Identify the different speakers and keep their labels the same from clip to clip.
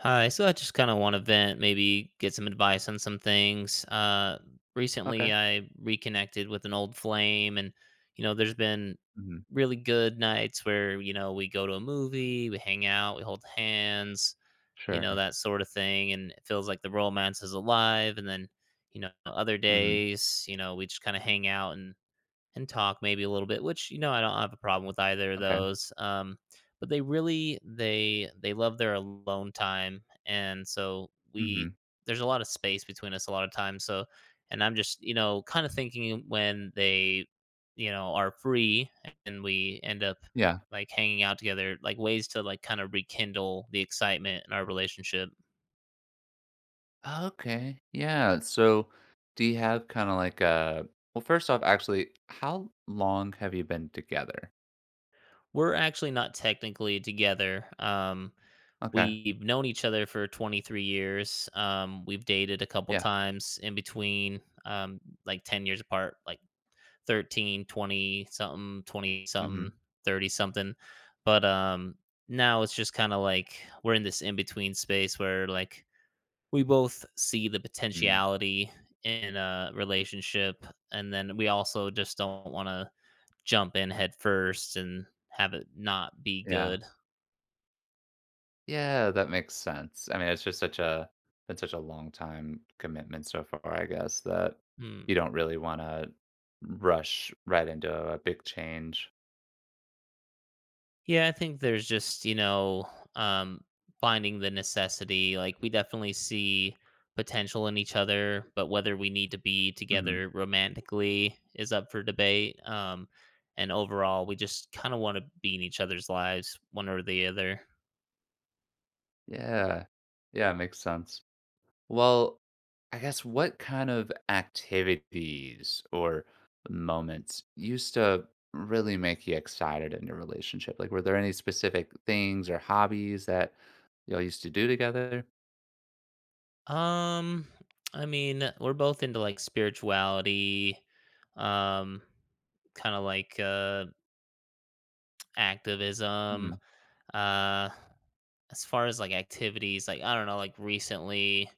Speaker 1: Hi. So I just kind of want to vent, maybe get some advice on some things. Recently,
Speaker 2: Okay.
Speaker 1: I reconnected with an old flame, and there's been
Speaker 2: Mhm.
Speaker 1: really good nights where we go to a movie, we hang out, we hold hands,
Speaker 2: Sure.
Speaker 1: that sort of thing, and it feels like the romance is alive. And then, other
Speaker 2: Mhm.
Speaker 1: days, we just kind of hang out and talk maybe a little bit, which I don't have a problem with either of
Speaker 2: Okay.
Speaker 1: those. But they really they love their alone time, and so we
Speaker 2: Mhm.
Speaker 1: there's a lot of space between us a lot of times. So, and I'm just kind of thinking when they are free and we end up
Speaker 2: Yeah.
Speaker 1: like hanging out together, like ways to like kind of rekindle the excitement in our relationship.
Speaker 2: Okay. Yeah. So, do you have kinda like a well, first off, actually, how long have you been together?
Speaker 1: We're actually not technically together.
Speaker 2: Okay.
Speaker 1: We've known each other for 23 years. We've dated a couple
Speaker 2: Yeah.
Speaker 1: times in between, like 10 years apart, like 13, 20 something, 20 something,
Speaker 2: Mhm.
Speaker 1: 30 something. But now it's just kind of like we're in this in between space where like we both see the
Speaker 2: Mm.
Speaker 1: potentiality in a relationship. And then we also just don't want to jump in head first and have it not be
Speaker 2: Yeah.
Speaker 1: good.
Speaker 2: Yeah, that makes sense. I mean, it's just such a been such a long time commitment so far, I guess, that
Speaker 1: Hmm.
Speaker 2: you don't really wanna rush right into a big change.
Speaker 1: Yeah, I think there's just, um, finding the necessity. Like, we definitely see potential in each other, but whether we need to be
Speaker 2: Mhm.
Speaker 1: together romantically is up for debate. And overall, we just kind of want to be in each other's lives, one or the other.
Speaker 2: Yeah. Yeah, it makes sense. Well, I guess what kind of activities or moments used to really make you excited in your relationship? Like, were there any specific things or hobbies that y'all used to do together?
Speaker 1: Um, I mean, we're both into like spirituality, um, kind of like activism.
Speaker 2: Hmm.
Speaker 1: Uh, as far as like activities, like I don't know, like recently,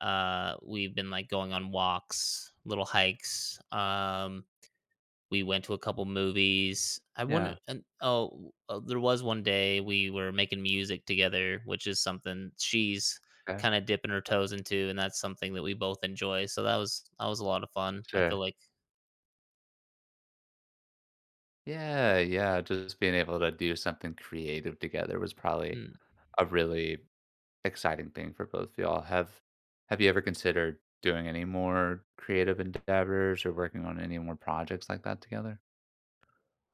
Speaker 1: we've been like going on walks, little hikes. We went to a couple movies. I wouldn't.
Speaker 2: Yeah.
Speaker 1: And, oh, there was one day we were making music together, which is something she's
Speaker 2: Okay.
Speaker 1: kind of dipping her toes into, and that's something that we both enjoy. So that was a lot of fun. I feel
Speaker 2: Sure.
Speaker 1: like
Speaker 2: Yeah. Yeah. Just being able to do something creative together was probably
Speaker 1: hmm.
Speaker 2: a really exciting thing for both of y'all. Have you ever considered doing any more creative endeavors or working on any more projects like that together?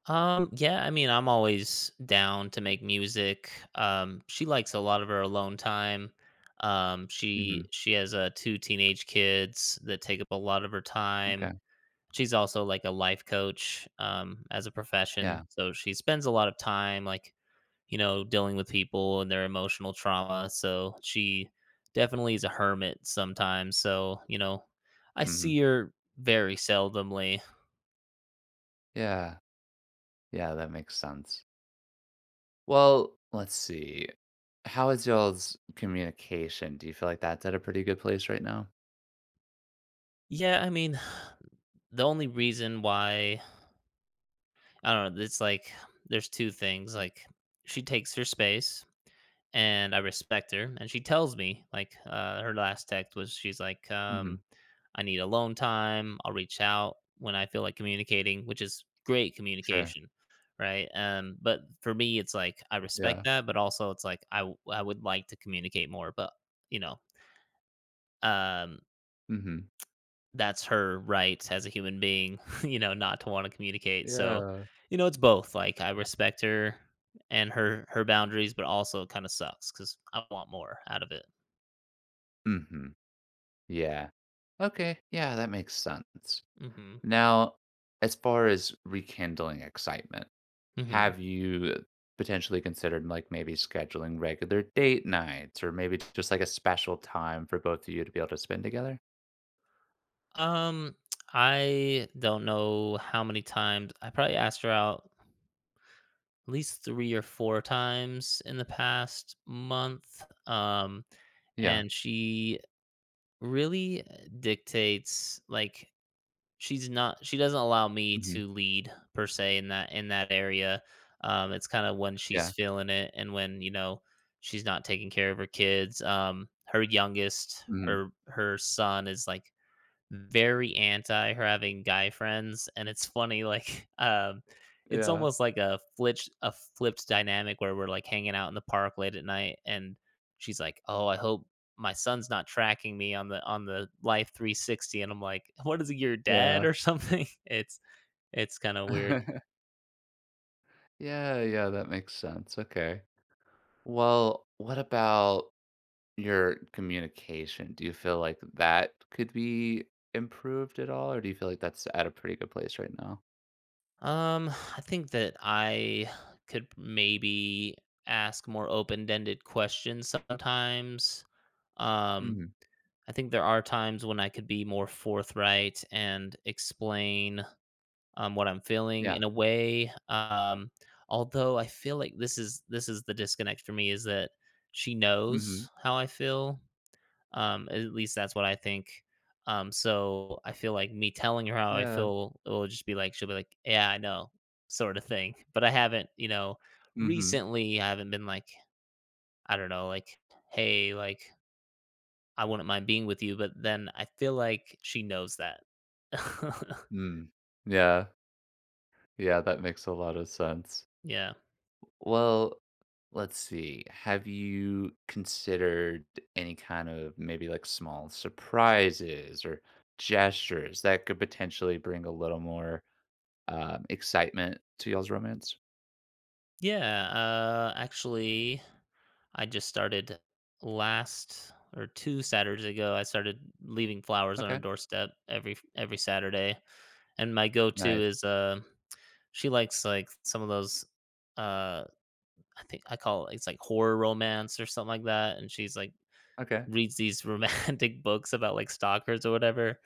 Speaker 1: Yeah, I mean, I'm always down to make music. She likes a lot of her alone time. Um,
Speaker 2: Mm-hmm.
Speaker 1: she she has two teenage kids that take up a lot of her time.
Speaker 2: Okay.
Speaker 1: She's also like a life coach as a profession,
Speaker 2: Yeah.
Speaker 1: so she spends a lot of time like dealing with people and their emotional trauma. So she definitely is a hermit sometimes. So I
Speaker 2: Mhm.
Speaker 1: see her very seldomly.
Speaker 2: Yeah. Yeah, that makes sense. Well, let's see. How is y'all's communication? Do you feel like that's at a pretty good place right now?
Speaker 1: Yeah, I mean, the only reason why I don't know, it's like there's two things. Like she takes her space and I respect her, and she tells me like her last text was she's like
Speaker 2: Mhm.
Speaker 1: I need alone time. I'll reach out when I feel like communicating, which is great
Speaker 2: Sure.
Speaker 1: communication, right? But for me it's like I respect
Speaker 2: Yeah.
Speaker 1: that, but also it's like I would like to communicate more, but you know, um
Speaker 2: Mhm.
Speaker 1: That's her right as a human being, not to want to communicate. So,
Speaker 2: Yeah.
Speaker 1: it's both. Like I respect her and her boundaries, but also it kind of sucks because I want more out of it.
Speaker 2: Mhm. Yeah. Okay. Yeah, that makes sense.
Speaker 1: Hmm.
Speaker 2: Now, as far as rekindling excitement,
Speaker 1: Hmm.
Speaker 2: have you potentially considered like maybe scheduling regular date nights or maybe just like a special time for both of you to be able to spend together?
Speaker 1: Um, I don't know how many times I probably asked her out, at least three or four times in the past month. Um,
Speaker 2: Yeah.
Speaker 1: and she really dictates, like, she doesn't allow me
Speaker 2: Mhm.
Speaker 1: to lead per se in that area. It's kind of when she's
Speaker 2: Yeah.
Speaker 1: feeling it and when, she's not taking care of her kids. Her youngest,
Speaker 2: Mhm.
Speaker 1: her son, is like very anti her having guy friends, and it's funny, like, it's
Speaker 2: Yeah,
Speaker 1: almost like a flipped dynamic where we're like hanging out in the park late at night, and she's like, "Oh, I hope my son's not tracking me on the Life 360." And I'm like, what is it, your dad
Speaker 2: yeah.
Speaker 1: or something? It's kind of weird.
Speaker 2: Yeah, yeah, that makes sense, okay. Well, what about your communication? Do you feel like that could be improved at all, or do you feel like that's at a pretty good place right now?
Speaker 1: Um i think that I could maybe ask more open-ended questions sometimes um
Speaker 2: Mhm.
Speaker 1: I think there are times when I could be more forthright and explain what I'm feeling
Speaker 2: Yeah.
Speaker 1: in a way. Although I feel like this is the disconnect for me is that she
Speaker 2: Mhm.
Speaker 1: knows how I feel. At least that's what I think. So I feel like me telling her how I
Speaker 2: Yeah.
Speaker 1: feel, it will just be like she'll be like, "Yeah, I know," sort of thing. But I haven't,
Speaker 2: Mhm.
Speaker 1: recently I haven't been like, I don't know, like, "Hey, like." I wouldn't mind being with you, but then I feel like she knows that.
Speaker 2: Mm. Yeah. Yeah, that makes a lot of sense.
Speaker 1: Yeah.
Speaker 2: Well, let's see. Have you considered any kind of maybe like small surprises or gestures that could potentially bring a little more excitement to y'all's romance?
Speaker 1: Yeah, actually, I just started last, or 2 Saturdays ago, I started leaving flowers on her
Speaker 2: Okay.
Speaker 1: doorstep every Saturday, and my go-to
Speaker 2: Nice.
Speaker 1: is, she likes, like, some of those, uh, I think I call it, it's like horror romance or something like that, and she's like
Speaker 2: Okay.
Speaker 1: reads these romantic books about, like, stalkers or whatever.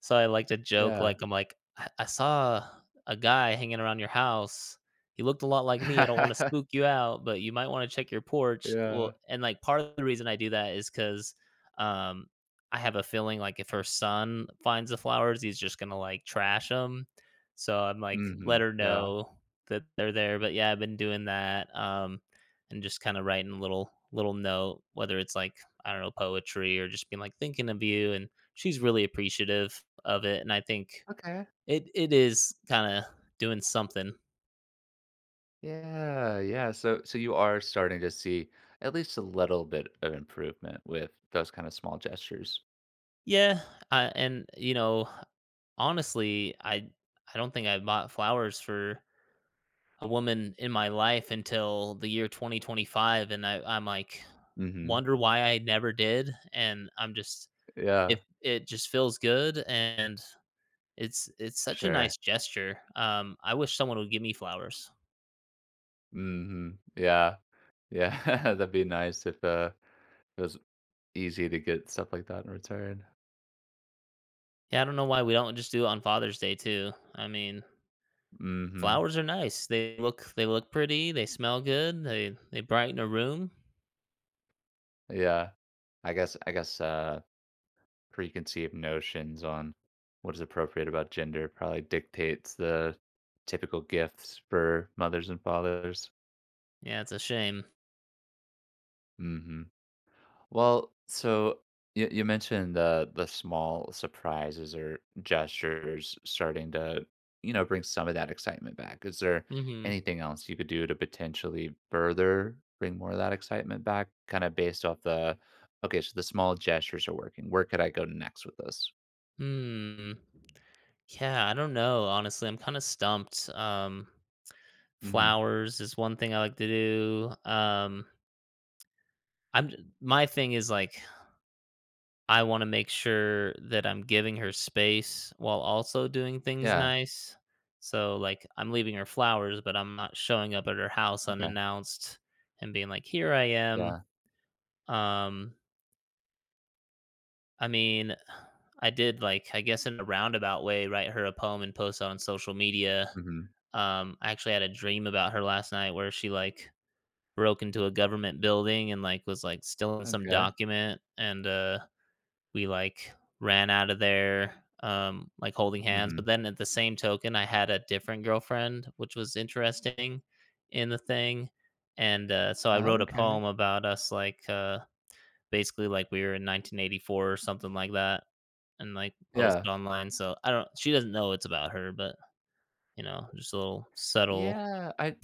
Speaker 1: So I like to joke,
Speaker 2: Yeah.
Speaker 1: like, I'm like, "I saw a guy hanging around your house. He looked a lot like me. I don't wanna spook you out, but you might wanna check your porch."
Speaker 2: Yeah.
Speaker 1: Well, and, like, part of the reason I do that is 'cause, um, I have a feeling, like, if her son finds the flowers, he's just gonna, like, trash them. So I'm like,
Speaker 2: Mm-hmm.
Speaker 1: let her
Speaker 2: Yeah.
Speaker 1: know that they're there, but yeah, I've been doing that. And just kind of writing a little note, whether it's, like, I don't know, poetry or just being like thinking of you. And she's really appreciative of it, and I think
Speaker 2: Okay.
Speaker 1: it is kind of doing something.
Speaker 2: Yeah. Yeah. So, so you are starting to see at least a little bit of improvement with those kind of small gestures.
Speaker 1: Yeah, and honestly, I don't think I bought flowers for a woman in my life until the year 2025, and I'm like
Speaker 2: Mm-hmm.
Speaker 1: wonder why I never did, and I'm just
Speaker 2: Yeah.
Speaker 1: it it just feels good, and it's such a
Speaker 2: Sure.
Speaker 1: nice gesture. I wish someone would give me flowers.
Speaker 2: Mhm. Yeah. Yeah. That'd be nice if, it was easy to get stuff like that in return.
Speaker 1: Yeah, I don't know why we don't just do it on Father's Day too. I mean,
Speaker 2: Mhm.
Speaker 1: flowers are nice. They look pretty. They smell good. They brighten a room.
Speaker 2: Yeah. I guess, preconceived notions on what is appropriate about gender probably dictates the typical gifts for mothers and fathers.
Speaker 1: Yeah, it's a shame.
Speaker 2: Mhm. Well, so you mentioned the small surprises or gestures starting to, you know, bring some of that excitement back. Is there
Speaker 1: Mhm.
Speaker 2: anything else you could do to potentially further bring more of that excitement back, kind of based off the, okay, so the small gestures are working. Where could I go next with this?
Speaker 1: Hmm. Yeah, I don't know. Honestly, I'm kind of stumped. Um,
Speaker 2: Hmm.
Speaker 1: flowers is one thing I like to do. I'm my thing is, like, I wanna make sure that I'm giving her space while also doing things
Speaker 2: Yeah.
Speaker 1: nice. So, like, I'm leaving her flowers, but I'm not showing up at her house
Speaker 2: Okay.
Speaker 1: unannounced and being like, "Here I am."
Speaker 2: Yeah.
Speaker 1: Um, I mean, I did, like, I guess in a roundabout way, write her a poem and post it on social media.
Speaker 2: Hmm.
Speaker 1: I actually had a dream about her last night where she, like, broke into a government building and, like, was, like, stealing some
Speaker 2: Okay.
Speaker 1: document, and we like ran out of there, like holding hands, but
Speaker 2: Hmm.
Speaker 1: then at the same token I had a different girlfriend, which was interesting, in the thing. And so I wrote a
Speaker 2: Okay.
Speaker 1: poem about us, like, basically like we were in 1984 or something like that, and like posted
Speaker 2: Yeah.
Speaker 1: online, so I don't she doesn't know it's about her, but just a little subtle.
Speaker 2: Yeah. I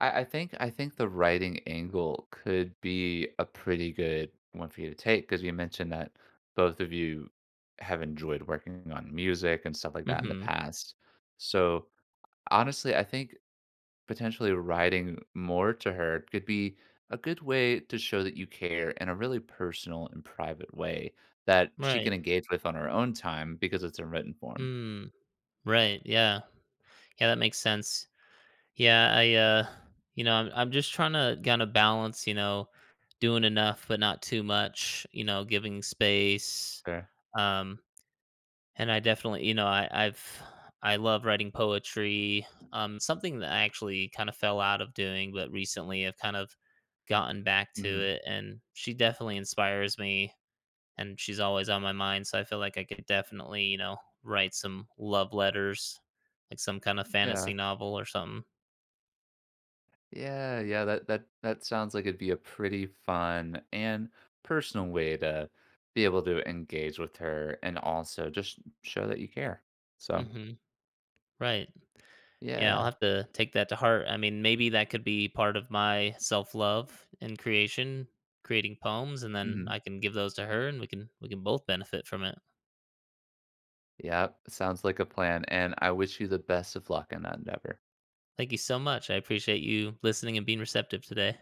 Speaker 2: I I think I think the writing angle could be a pretty good one for you to take because you mentioned that both of you have enjoyed working on music and stuff like that in the
Speaker 1: Mm-hmm.
Speaker 2: past. So, honestly, I think potentially writing more to her could be a good way to show that you care in a really personal and private way that she can
Speaker 1: Right.
Speaker 2: engage with on her own time because it's in written form.
Speaker 1: Mm, right. Yeah, yeah, that makes sense. Yeah, I you know, I'm just trying to kind of balance, doing enough but not too much, giving space.
Speaker 2: Sure.
Speaker 1: Um and I definitely, I love writing poetry. Something that I actually kind of fell out of doing, but recently I've kind of gotten back to
Speaker 2: Mhm.
Speaker 1: it, and she definitely inspires me, and she's always on my mind, so I feel like I could definitely, write some love letters, like some kind of fantasy
Speaker 2: Yeah.
Speaker 1: novel or something.
Speaker 2: Yeah, yeah, that sounds like it'd be a pretty fun and personal way to be able to engage with her and also just show that you care. So,
Speaker 1: Mhm. Right. Yeah, I'll
Speaker 2: yeah.
Speaker 1: have to take that to heart. I mean, maybe that could be part of my self-love and creation, creating poems, and then
Speaker 2: Hmm.
Speaker 1: I can give those to her, and we can both benefit from it.
Speaker 2: Yep, sounds like a plan, and I wish you the best of luck in that endeavor.
Speaker 1: Thank you so much. I appreciate you listening and being receptive today.